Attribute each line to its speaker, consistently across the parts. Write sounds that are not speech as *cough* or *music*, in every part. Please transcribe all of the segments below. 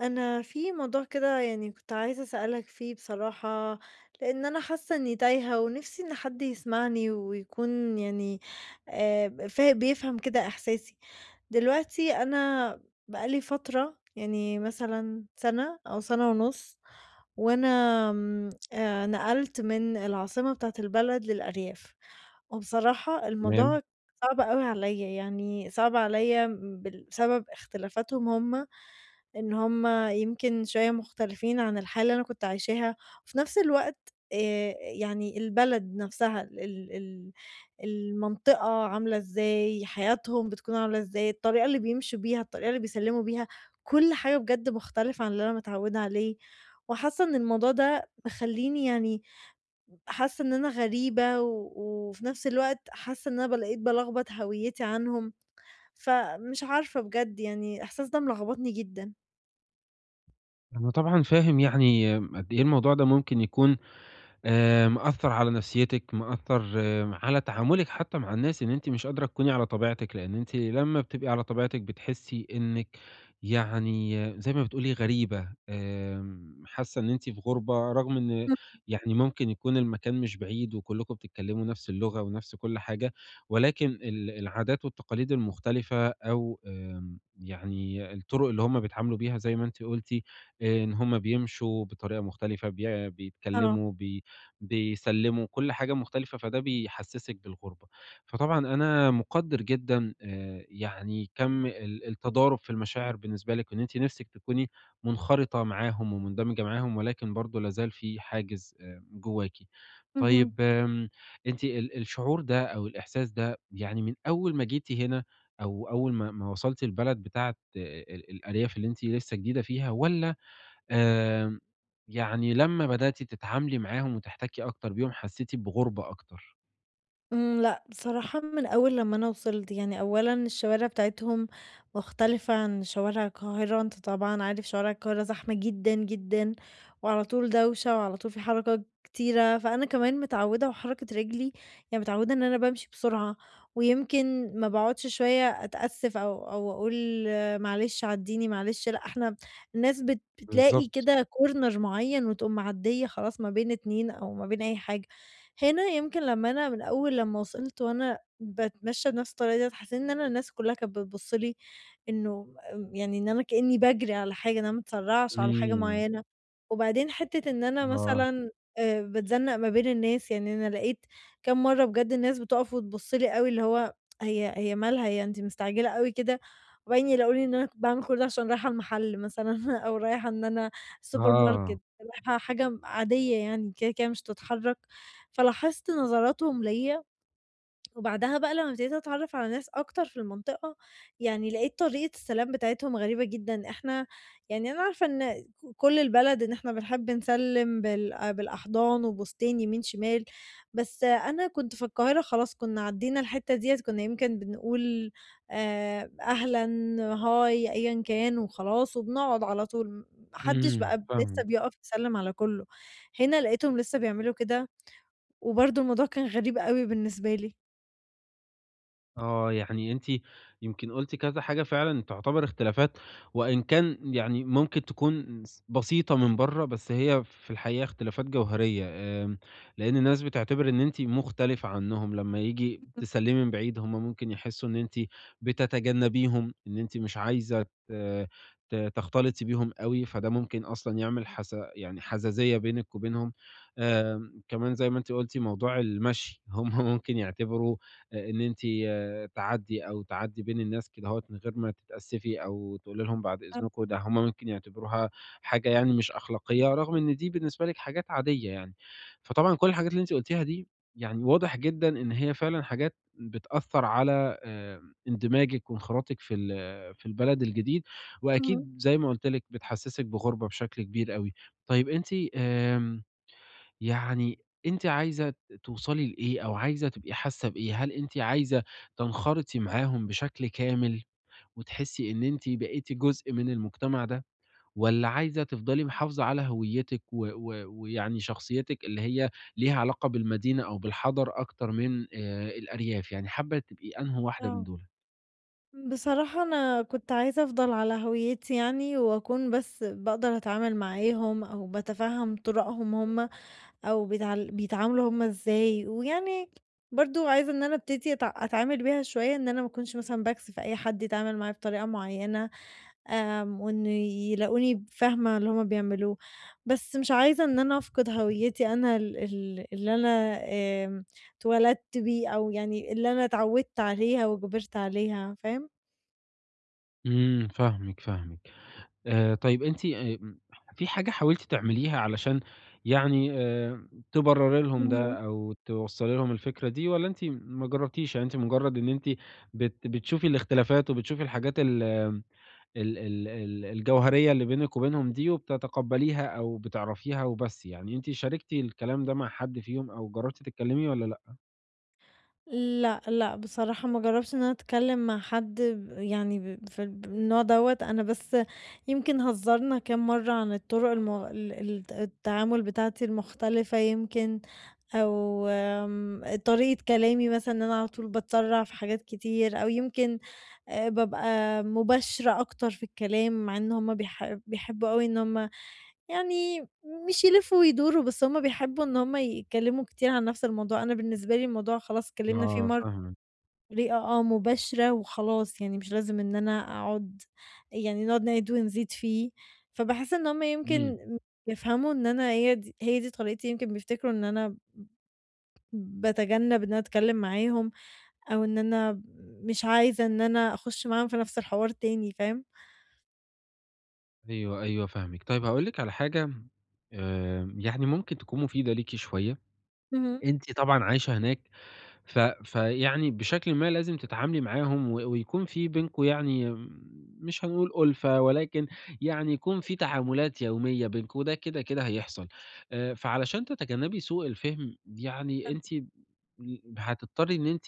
Speaker 1: أنا في موضوع كده يعني كنت عايزة أسألك فيه بصراحة، لأن أنا حاسة إني تايهة ونفسي إن حد يسمعني ويكون يعني آه، بيفهم كده إحساسي. دلوقتي أنا بقالي فترة يعني مثلا سنة أو سنة ونص، وأنا آمم، نقلت من العاصمة بتاعة البلد للأرياف، وبصراحة
Speaker 2: تمام.
Speaker 1: الموضوع صعب أوي عليَّ، يعني صعب عليَّ بسبب اختلافاتهم هم، إن هم يمكن شوية مختلفين عن الحياة اللي أنا كنت عايشاها، وفي نفس الوقت آآ، يعني البلد نفسها ال ال ال المنطقة عاملة إزاي، حياتهم بتكون عاملة إزاي، الطريقة اللي بيمشوا بيها، الطريقة اللي بيسلموا بيها، كل حاجة بجد مختلفة عن اللي أنا متعودة عليه. وحاسة إن الموضوع ده مخلّيني يعني حاسة إن أنا غريبة، و وفي نفس الوقت حاسة إن أنا بقيت بالخبط هويتي عنهم، فمش عارفة بجد يعني الإحساس ده ملخبطني جدًا.
Speaker 2: أنا طبعًا فاهم يعني قد إيه الموضوع ده ممكن يكون مأثّر على نفسيتِك، مأثّر على تعاملِك حتى مع الناس، إن أنتِ مش قادرة تكوني على طبيعتِك، لإن أنتِ لمّا بتبقي على طبيعتِك بتحسّي إنِّك يعني زي ما بتقولي غريبة، حاسة إن أنتِ في غُربة، رغم إن
Speaker 1: إمم.
Speaker 2: يعني ممكن يكون المكان مش بعيد وكلّكم بتتكلّموا نفس اللغة ونفس كل حاجة، ولكن العادات والتقاليد المختلفة أو يعني الطُرُق اللي هم بيتعاملوا بيها زي ما أنتِ قُلتِ، إن هم بيمشوا بطريقة مختلفة،
Speaker 1: آه.
Speaker 2: بيتكلّموا، بيسلّموا، كل حاجة مختلفة، فده بيحسّسِك بالغُربة. فطبعًا أنا مُقدِّر جدًا يعني كَم التضارب في المشاعر بالنسبة لِك، وإن أنتِ نِفْسِك تكوني منخرطة معاهم ومندمجة معاهم، ولكن برضه لا زال في حاجز جوّاكِ.
Speaker 1: اهم.
Speaker 2: طيب أنتِ الشعور ده أو الإحساس ده يعني من أول ما جيتِ هنا أو أول ما وصلتِ البلد بتاعة الأرياف اللي أنتِ لسّه جديدة فيها، والّا آمم، يعني لمّا بدأتِ تتعاملي معاهم وتحتكي أكتر بيهم حسيتِ بغُربة أكتر.
Speaker 1: إمم، لأ، بصراحة من أول لمّا أنا وصلت، يعني أولًا الشوارع بتاعتهم مختلفة عن شوارع القاهرة، أنت طبعًا عارف شوارع القاهرة زحمة جدًا، جدًا، وعلى طول دوشة، وعلى طول في حركة كتيرة، فأنا كمان متعودة وحركة رجلي يعني متعودة إن أنا بامشي بسرعة، ويمكن ما باقعدش شوية أتأسف أو أقول آه، معلش عدّيني، معلش لأ، إحنا الناس بتلاقي
Speaker 2: بالضبط.
Speaker 1: كده corner معين وتقوم معدية خلاص ما بين 2 أو ما بين أي حاجة. هنا يمكن لمّا أنا من أول لمّا وصلت وأنا باتمشّى بنفس الطريقة ديّة، حسيت إن أنا الناس كلّها كانت بتبُص لي إنه آمم، يعني إن أنا كإنّي باجري على حاجة، إن أنا ما اتسرّعش على حاجة
Speaker 2: إمم.
Speaker 1: معيّنة. وبعدين حتّة إن أنا
Speaker 2: آه،
Speaker 1: مثلًا باتزنّق ما بين الناس، يعني أنا لقيت كام مرّة بجد الناس بتُقف وتبُص لي أوي اللي هو هي مالها، هي أنتِ مستعجلة أوي كده؟ وبعدين يلاقوا لي إن أنا باعمل كل ده عشان رايحة المحل مثلًا *laughs* أو رايحة إن أنا السوبر
Speaker 2: آه.
Speaker 1: ماركت، رايحة حاجة عادية يعني كده، كده مش هتتحرّك. فلاحظت نظراتهم ليّا، وبعدها بقى لمّا ابتديت أتعرّف على ناس أكتر في المنطقة، يعني لقيت طريقة السلام بتاعتهم غريبة جدًا. إحنا يعني أنا عارفة إن كل البلد إن إحنا بنحب نسلِّم بالأحضان وبوستين يمين، شمال، بس أنا كنت في القاهرة خلاص كنا عدّينا الحتّة ديّة، كنا يمكن بنقول أهلًا، هاي، أيًا كان وخلاص وبنقعد على طول، ما حدّش
Speaker 2: إمم.
Speaker 1: بقى لسّه
Speaker 2: فاهمِك.
Speaker 1: بيقف يسلِّم على كُلّه. هنا لقيتهم لسّه بيعملوا كده، وبرضه الموضوع كان غريب أوي بالنسبة لي.
Speaker 2: آه، يعني أنتِ يمكن قُلتِ كذا حاجة فعلًا تعتبر اختلافات، وإن كان يعني ممكن تكون بسيطة من برّه، بس هي في الحقيقة اختلافات جوهرية، لإن الناس بتعتبر إن أنتِ مختلفة عنهم، لمّا ييجي تسلِّمي من بعيد هم ممكن يحسّوا إن أنتِ بتتجنبيهم، إن أنتِ مش عايزة ت ت تختلطي بيهم أوي، فده ممكن أصلًا يعمل حس يعني حزازية بينِك وبينهم، كمان زي ما أنتِ قُلتِ موضوع المشي، *laughs* هم ممكن يعتبروا إن أنتِ تعدّي أو تعدّي بين الناس كدهوّة من غير ما تتأسّفي أو تقولي لهم بعد
Speaker 1: آه،
Speaker 2: إذنكم، ده هم ممكن يعتبروها حاجة يعني مش أخلاقية، رغم إن دي بالنسبة لِك حاجات عادية يعني. فطبعًا كل الحاجات اللي أنتِ قُلتيها دي يعني واضح جدًا إن هي فعلًا حاجات بتأثّر على اندماجِك وانخراطِك في في البلد الجديد،
Speaker 1: اهم،
Speaker 2: وأكيد زي ما قُلت لِك بتحسّسِك بغُربة بشكل كبير أوي. طيب أنتِ آمم يعني أنتِ عايزة توصلي لإيه أو عايزة تبقي حاسة بإيه؟ هل أنتِ عايزة تنخرطي معاهم بشكل كامل وتحسي إن أنتِ بقيتِ جزء من المجتمع ده، والّا عايزة تفضلي محافظة على هويتِك و و ويعني شخصيتِك اللي هي ليها علاقة بالمدينة أو بالحضر أكتر من الأرياف، يعني حابة تبقي أنهو واحدة من
Speaker 1: آه.
Speaker 2: دول؟
Speaker 1: بصراحة أنا كنت عايزة أفضل على هويتي يعني، وأكون بس باقدر أتعامل معاهم أو باتفهم طرقهم هم أو بيتعاملوا هم إزاي، ويعني برضه عايزة إن أنا أبتدي أتعامل بيها شوية إن أنا ما أكونش مثلًا باكسف أي حد يتعامل معايا بطريقة معينة، آمم، وإنه يلاقوني فاهمة اللي هم بيعملوه، بس مش عايزة إن أنا أفقد هويتي أنا ال ال اللي أنا آمم اتولدت بيه أو يعني اللي أنا اتعودت عليها وكبرت عليها، فاهم؟
Speaker 2: إمم، فاهمِك. طيب أنتِ في حاجة حاولتِ تعمليها علشان يعني تبرّري لهم
Speaker 1: اهم.
Speaker 2: ده أو توصّلي لهم الفكرة دي، والّا أنتِ ما جرّبتيش، يعني أنتِ مجرّد إن أنتِ بتشوفي الاختلافات وبتشوفي الحاجات ال ال ال ال الجوهرية اللي بينِك وبينهم دي وبتتقبّليها أو بتعرفيها وبس يعني، أنتِ شاركتِ الكلام ده مع حد فيهم أو جرّبتِ تتكلّمي والّا لأ؟
Speaker 1: لأ، لأ، بصراحة ما جرّبتش إن أنا أتكلّم مع حد يعني في النوع دوّة، أنا بس يمكن هزّرنا كام مرّة عن الطُرق الم ال الت التعامل بتاعتي المختلفة، يمكن أو آمم، طريقة كلامي مثلًا إن أنا على طول باتسرّع في حاجات كتير، أو يمكن بابقى مباشرة أكتر في الكلام، مع إن هُم بيحبّوا أوي إن هُم يعني مش يلفوا ويدوروا، بس هُم بيحبوا إن هُم يتكلموا كتير عن نفس الموضوع. أنا بالنسبة لي الموضوع خلاص اتكلمنا فيه
Speaker 2: آه
Speaker 1: مرة
Speaker 2: فاهمِك،
Speaker 1: بطريقة آه مباشرة وخلاص، يعني مش لازم إن أنا أقعد يعني نقعد نعيد ونزيد فيه، فباحس إن هُم
Speaker 2: إمم،
Speaker 1: يمكن بيفهموا إن أنا هي دي طريقتي، يمكن بيفتكروا إن أنا باتجنب إن أنا أتكلم معاهم، أو إن أنا مش عايزة إن أنا أخش معاهم في نفس الحوار تاني، فاهم؟
Speaker 2: أيوه فاهمِك. طيب هاقول لِك على حاجة يعني ممكن تكون مفيدة ليكِ شوية.
Speaker 1: اهم.
Speaker 2: أنتِ طبعًا عايشة هناك، ف فيعني بشكلٍ ما لازم تتعاملي معاهم ويكون في بينكم يعني مش هنقول أُلفة، ولكن يعني يكون في تعاملات يومية بينكم، وده كده هيحصل. فعلشان تتجنبي سوء الفهم، يعني أنتِ هتضطري إن أنتِ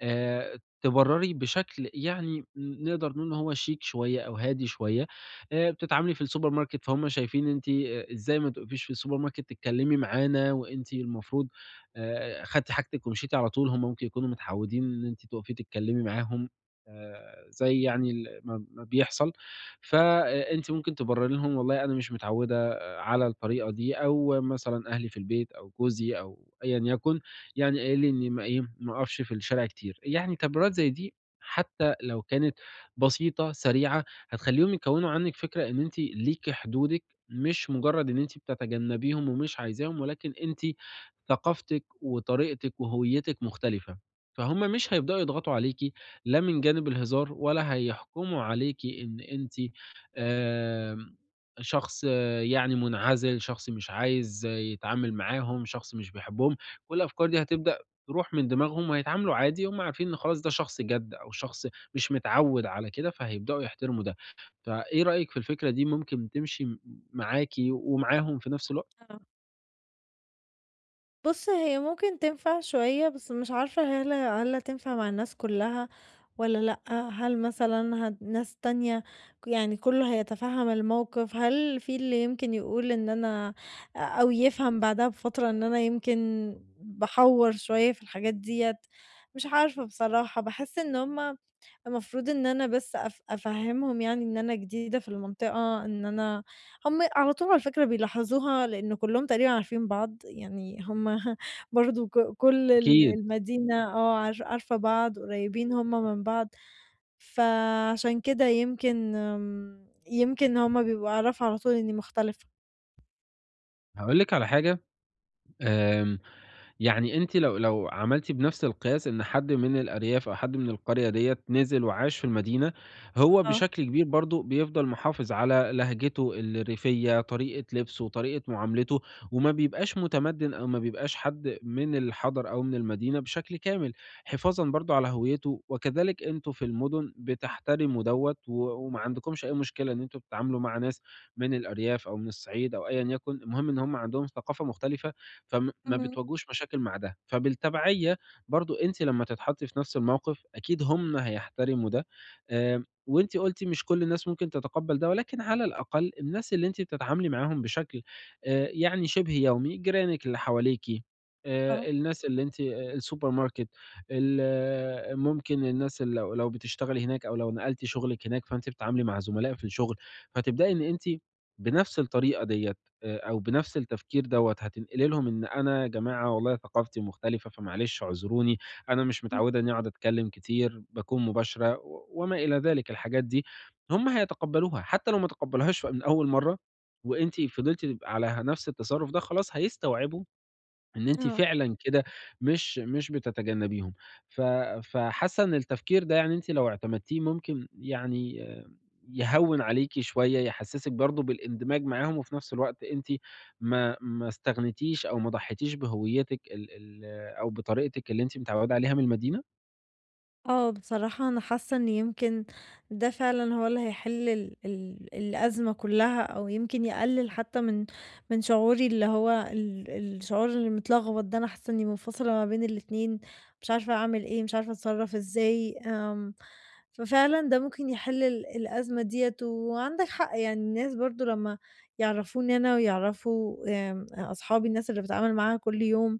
Speaker 2: تبرّري بشكل يعني نقدر نقول إن هو شيك شوية أو هادي شوية، بتتعاملي في السوبر ماركت فهُم شايفين أنتِ إزاي ما تقفيش في السوبر ماركت تتكلّمي معانا وأنتِ المفروض خدتِ حاجتِك ومشيتِ على طول، هُم ممكن يكونوا متعوّدين إن أنتِ تقفي تتكلّمي معاهم زي يعني ما بيحصل، فأنتِ ممكن تبرّري لهم والله أنا مش متعوّدة على الطريقة دي، أو مثلًا أهلي في البيت أو جوزي أو أيًا يكن يعني قال لي إني ما إيه، ما أقفش في الشارع كتير. يعني تبريرات زي دي حتى لو كانت بسيطة، سريعة، هتخلّيهم يكوّنوا عنِّك فكرة إن أنتِ ليكِ حدودِك، مش مجرّد إن أنتِ بتتجنّبيهم ومش عايزاهم، ولكن أنتِ ثقافتِك وطريقتِك وهويتِك مختلفة، فهُم مش هيبدؤوا يضغطوا عليكِ لا من جانب الهزار ولا هيحكموا عليكِ إن أنتِ آمم، شخص يعني منعزل، شخص مش عايز يتعامل معاهم، شخص مش بيحبهم، كل الأفكار دي هتبدأ تروح من دماغهم وهيتعاملوا عادي، هُم عارفين إن خلاص ده شخص جَد أو شخص مش متعوّد على كده، فهيبدؤوا يحترموا ده. فإيه رأيِك في الفكرة دي، ممكن تمشي معاكِ ومعاهم في نفس الوقت؟
Speaker 1: بُص، هي ممكن تنفع شوية، بس مش عارفة هل هتنفع مع الناس كلّها والّا لأ؟ هل مثلًا ناس تانية يعني كُلّه هيتفهّم الموقف؟ هل في اللي يمكن يقول إن أنا أو يفهم بعدها بفترة إن أنا يمكن باحوّر شوية في الحاجات ديّة؟ مش عارفة بصراحة، باحس إن هُم المفروض إن أنا بس أفهّمهم يعني إن أنا جديدة في المنطقة، إن أنا هم على طول على فكرة بيلاحظوها، لإن كلّهم تقريبًا عارفين بعض، يعني هم *laughs* برضه كل ال
Speaker 2: أكيد.
Speaker 1: المدينة آه، عارفة بعض، قريبين هم من بعض، فعشان كده يمكن آمم، يمكن هم بيبقوا عرفوا على طول إني مختلفة.
Speaker 2: هاقول لِك على حاجة آمم، يعني أنتِ لو عملتِ بنفس القياس إن حد من الأرياف أو حد من القرية ديّة نزل وعاش في المدينة، هو
Speaker 1: آه.
Speaker 2: بشكل كبير برضه بيفضل محافظ على لهجته الريفية، طريقة لبسه، طريقة معاملته، وما بيبقاش متمدّن أو ما بيبقاش حد من الحَضَر أو من المدينة بشكل كامل، حفاظًا برضه على هويته، وكذلك أنتم في المدن بتحترموا دوّة وما عندكمش أي مشكلة إن أنتم تتعاملوا مع ناس من الأرياف أو من الصعيد أو أيًا يكن، المهم إن هم عندهم ثقافة مختلفة ما
Speaker 1: اهم.
Speaker 2: بتواجهوش مشاكل مع ده، فبالتبعية برضه أنتِ لمّا تتحطّي في نفس الموقف أكيد هُم هيحترموا ده، وأنتِ قُلتِ مش كل الناس ممكن تتقبّل ده، ولكن على الأقل الناس اللي أنتِ بتتعاملي معاهم بشكل يعني شِبه يومي، جيرانِك اللي حواليكِ،
Speaker 1: آه.
Speaker 2: الناس اللي أنتِ آه، السوبر ماركت، ال آه، ممكن الناس لو بتشتغلي هناك أو لو نقلتِ شغلِك هناك، فأنتِ بتتعاملي مع زملاء في الشغل، فتبدئي إن أنتِ بنفس الطريقة ديّة. أو بنفس التفكير دوّة هتنقلي لهم إن أنا يا جماعة والله ثقافتي مختلفة، فمعلش اعذروني، أنا مش
Speaker 1: إمم.
Speaker 2: متعودة إنّي أقعد أتكلّم كتير، باكون مباشرة وما إلى ذلك الحاجات دي، هم هيتقبّلوها، حتّى لو ما تقبّلوهاش من أول مرّة وأنتِ فضلتِ تبقى على نفس التصرُّف ده، خلاص هيستوعبوا إن أنتِ
Speaker 1: آه.
Speaker 2: فعلًا كده مش بتتجنّبيهم. ف فحاسّة إن التفكير ده يعني أنتِ لو اعتمدتيه ممكن يعني يهوّن عليكِ شوية، يحسّسِك برضه بالاندماج معاهم، وفي نفس الوقت أنتِ ما استغنيتيش أو ما ضحيتيش بهويتِك ال ال أو بطريقتِك اللي أنتِ متعوّدة عليها من المدينة؟
Speaker 1: آه، بصراحة أنا حاسة إن يمكن ده فعلًا هو اللي هيحل ال ال الأزمة كلّها، أو يمكن يقلل حتى من شعوري اللي هو الشعور المتلخبط ده، أنا حاسة إني منفصلة ما بين الاتنين، مش عارفة أعمل إيه، مش عارفة أتصرّف إزاي، آمم، ففعلًا ده ممكن يحل الأزمة ديّة، وعندك حق يعني الناس برضه لمّا يعرفوني أنا ويعرفوا آمم، أصحابي الناس اللي باتعامل معاها كل يوم،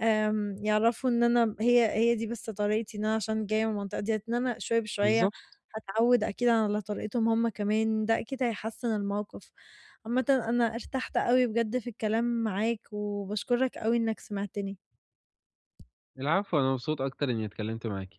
Speaker 1: آمم، يعرفوا إن أنا هي دي بس طريقتي، إن أنا عشان جاية من المنطقة ديّة، إن أنا شوية بشوية
Speaker 2: بالضبط،
Speaker 1: هاتعوّد أكيد على طريقتهم هم كمان، ده أكيد هيحسّن الموقف. عامةً أنا ارتحت أوي بجد في الكلام معاك، وباشكرك أوي إنك سمعتني.
Speaker 2: العفو، أنا مبسوط أكتر إنّي اتكلّمت معاكِ.